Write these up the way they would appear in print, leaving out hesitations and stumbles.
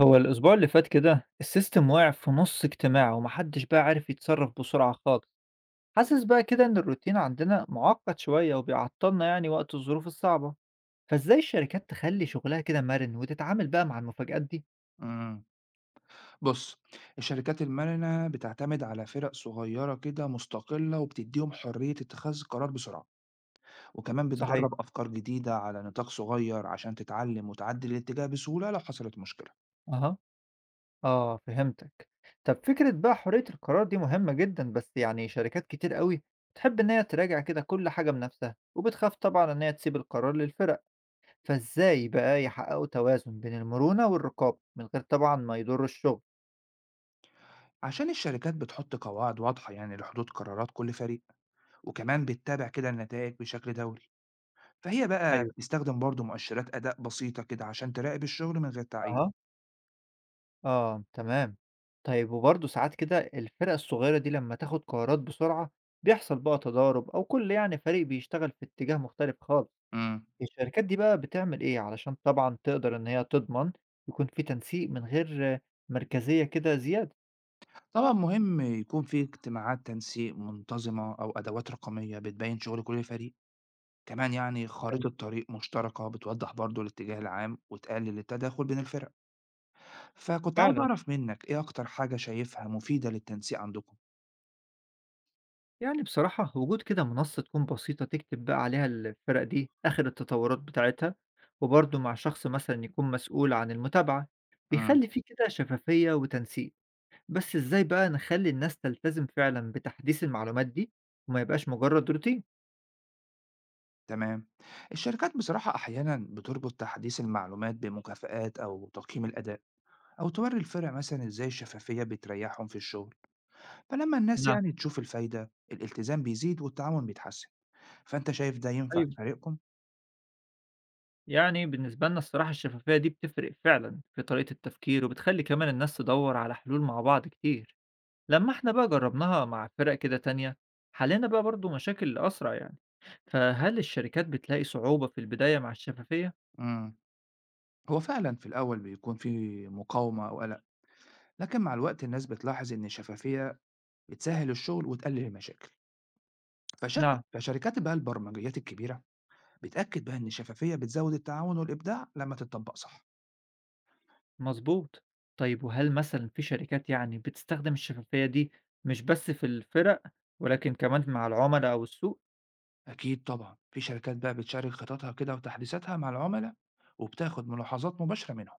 هو الأسبوع اللي فات كده السيستم واقع في نص اجتماع، ومحدش بقى عارف يتصرف بسرعة خالص. حاسس بقى كده إن الروتين عندنا معقد شوية وبيعطلنا يعني وقت الظروف الصعبة. فإزاي الشركات تخلي شغلها كده مرن وتتعامل بقى مع المفاجآت دي؟ إمم. بُص، الشركات المرنة بتعتمد على فرق صغيرة كده مستقلة وبتدّيهم حرية اتخاذ القرار بسرعة، وكمان صحيح. بتجرّب أفكار جديدة على نطاق صغير عشان تتعلّم وتعدّل الاتجاه بسهولة لو حصلت مشكلة. أها. آه، فهمتك. طب فكرة بقى حرية القرار دي مهمة جدا، بس يعني شركات كتير قوي بتحب إن هي تراجع كده كل حاجة بنفسها، وبتخاف طبعا إن هي تسيب القرار للفرق. فإزاي بقى يحققوا توازن بين المرونة والرقابة، من غير طبعًا ما يضرّوا الشغل؟ عشان الشركات بتحُط قواعد واضحة يعني لحدود قرارات كل فريق، وكمان بتتابع كده النتائج بشكل دوري. فهي بقى أيوه. بتستخدم برضه مؤشرات أداء بسيطة كده عشان تراقب الشغل من غير تعقيد. أها. آه، تمام. طيب وبرضه ساعات كده الفرق الصغيرة دي لمّا تاخد قرارات بسرعة، بيحصل بقى تضارب أو كل يعني فريق بيشتغل في اتجاه مختلف خالص. إمم. الشركات دي بقى بتعمل إيه علشان طبعًا تقدر إن هي تضمن يكون في تنسيق من غير مركزية كده زيادة؟ طبعًا مهم يكون في اجتماعات تنسيق منتظمة أو أدوات رقمية بتبيّن شغل كل فريق، كمان يعني حلو. خريطة طريق مشتركة بتوضح برضه الاتجاه العام وتقلل التداخل بين الفرق، فكنت عاوز فعلًا. أعرف منك إيه أكتر حاجة شايفها مفيدة للتنسيق عندكم؟ يعني بصراحة وجود كده منصة تكون بسيطة تكتب بقى عليها الفرق دي آخر التطورات بتاعتها، وبرضه مع شخص مثلا يكون مسؤول عن المتابعة، إمم، بيخلي فيه كده شفافية وتنسيق. بس ازاي بقى نخلي الناس تلتزم فعلا بتحديث المعلومات دي وما يبقاش مجرد روتين؟ تمام، الشركات بصراحة أحيانًا بتربط تحديث المعلومات بمكافآت أو تقييم الأداء، أو توري الفرق مثلًا إزاي الشفافية بتريحهم في الشغل، فلما الناس نعم. يعني تشوف الفايدة الالتزام بيزيد والتعاون بيتحسن. فأنت شايف ده ينفع ايوه، في فريقكم؟ يعني بالنسبة لنا الصراحة الشفافية دي بتفرق فعلا في طريقة التفكير، وبتخلي كمان الناس تدور على حلول مع بعض كتير. لما احنا بقى جربناها مع فرق كده تانية، حلينا بقى برضه مشاكل أسرع يعني. فهل الشركات بتلاقي صعوبة في البداية مع الشفافية؟ إمم. هو فعلًا في الأول بيكون في مقاومة أو قلق، لكن مع الوقت الناس بتلاحظ إن الشفافية بتسهّل الشغل وتقلل المشاكل. نعم. فشركات بقى البرمجيات الكبيرة بتأكد بقى إن الشفافية بتزوّد التعاون والإبداع لمّا تتطبّق صح. مظبوط. طيب وهل مثلا في شركات يعني بتستخدم الشفافية دي مش بس في الفرق، ولكن كمان مع العملاء أو السوق؟ أكيد طبعًا، في شركات بقى بتشارك خططها كده وتحديثاتها مع العملاء وبتاخد ملاحظات مباشرة منهم،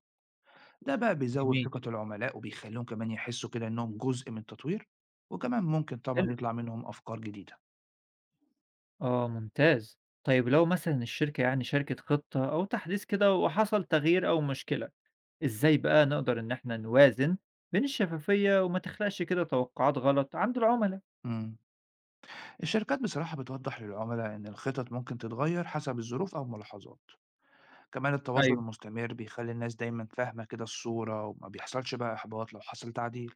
ده بقى بيزوّد جميل. ثقة العملاء وبيخلّيهم كمان يحسّوا كده إنّهم جزء من التطوير، وكمان ممكن طبعًا حلو. يطلع منهم أفكار جديدة. اه، ممتاز. طيب لو مثلا الشركة يعني شاركت خطة أو تحديث كده وحصل تغيير أو مشكلة، إزاي بقى نقدر إن احنا نوازن بين الشفافية وما تخلقش كده توقعات غلط عند العملاء؟ إمم. الشركات بصراحة بتوضح للعملاء إن الخطط ممكن تتغير حسب الظروف أو الملاحظات، كمان التواصل أيوه. المستمر بيخلي الناس دايما فاهمة كده الصورة وما بيحصلش بقى إحباط لو حصل تعديل.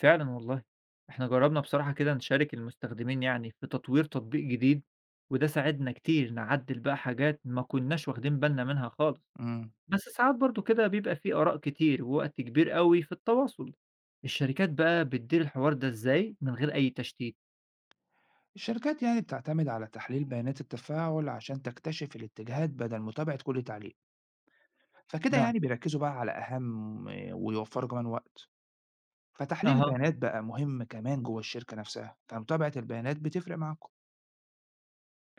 فعلًا والله، إحنا جرّبنا بصراحة كده نشارك المستخدمين يعني في تطوير تطبيق جديد، وده ساعدنا كتير نعدّل بقى حاجات ما كناش واخدين بالنا منها خالص. مم. بس ساعات برضه كده بيبقى في آراء كتير ووقت كبير أوي في التواصل، الشركات بقى بتدير الحوار ده إزاي من غير أي تشتيت؟ الشركات يعني بتعتمد على تحليل بيانات التفاعل عشان تكتشف الاتجاهات بدل متابعة كل تعليق، فكده نعم. يعني بيركزوا بقى على أهم ويوفروا كمان وقت. فتحليل أها. البيانات بقى مهم كمان جوه الشركة نفسها، فمتابعة البيانات بتفرق معاكم؟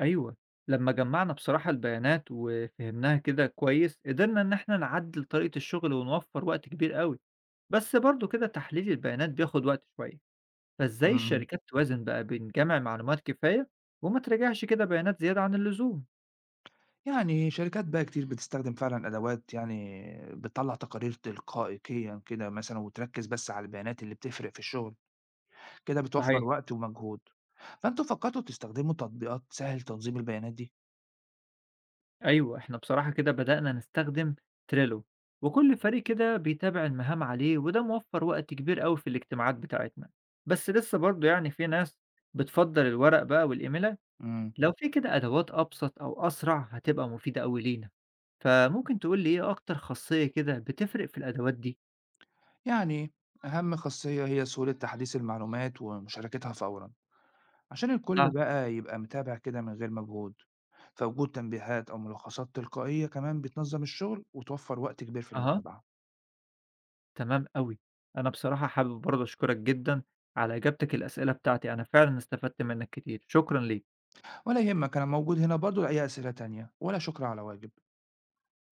أيوه. لمّا جمّعنا بصراحة البيانات وفهمناها كده كويس، قدرنا إن إحنا نعدّل طريقة الشغل ونوفّر وقت كبير أوي، بس برضه كده تحليل البيانات بياخد وقت شوية. فإزاي الشركات توازن بقى بين جمع معلومات كفاية وما تراجعش كده بيانات زيادة عن اللزوم؟ يعني شركات بقى كتير بتستخدم فعلًا أدوات يعني بتطلّع تقارير تلقائيًا كده مثلًا وتركّز بس على البيانات اللي بتفرق في الشغل، كده صحيح. بتوفّر وقت ومجهود، فأنتم فكّرتوا تستخدموا تطبيقات تسهّل تنظيم البيانات دي؟ أيوة، إحنا بصراحة كده بدأنا نستخدم تريلو، وكل فريق كده بيتابع المهام عليه، وده موفر وقت كبير أوي في الاجتماعات بتاعتنا. بس لسه برضه يعني في ناس بتفضل الورق بقى والإيميلات. إمم، لو في كده أدوات أبسط أو أسرع هتبقى مفيدة أوي لينا. فممكن تقول لي إيه أكتر خاصية كده بتفرق في الأدوات دي؟ يعني أهم خاصية هي سهولة تحديث المعلومات ومشاركتها فورًا، عشان الكل نعم. بقى يبقى متابع كده من غير مجهود، فوجود تنبيهات أو ملخصات تلقائية كمان بتنظّم الشغل وتوفّر وقت كبير في أها. المتابعة. تمام أوي. أنا بصراحة حابب برضه أشكرك جدًا على إجابتك الأسئلة بتاعتي، أنا فعلًا استفدت منك كتير، شكرًا ليك. ولا يهمك، أنا موجود هنا برضه لأي أسئلة تانية، ولا شكر على واجب.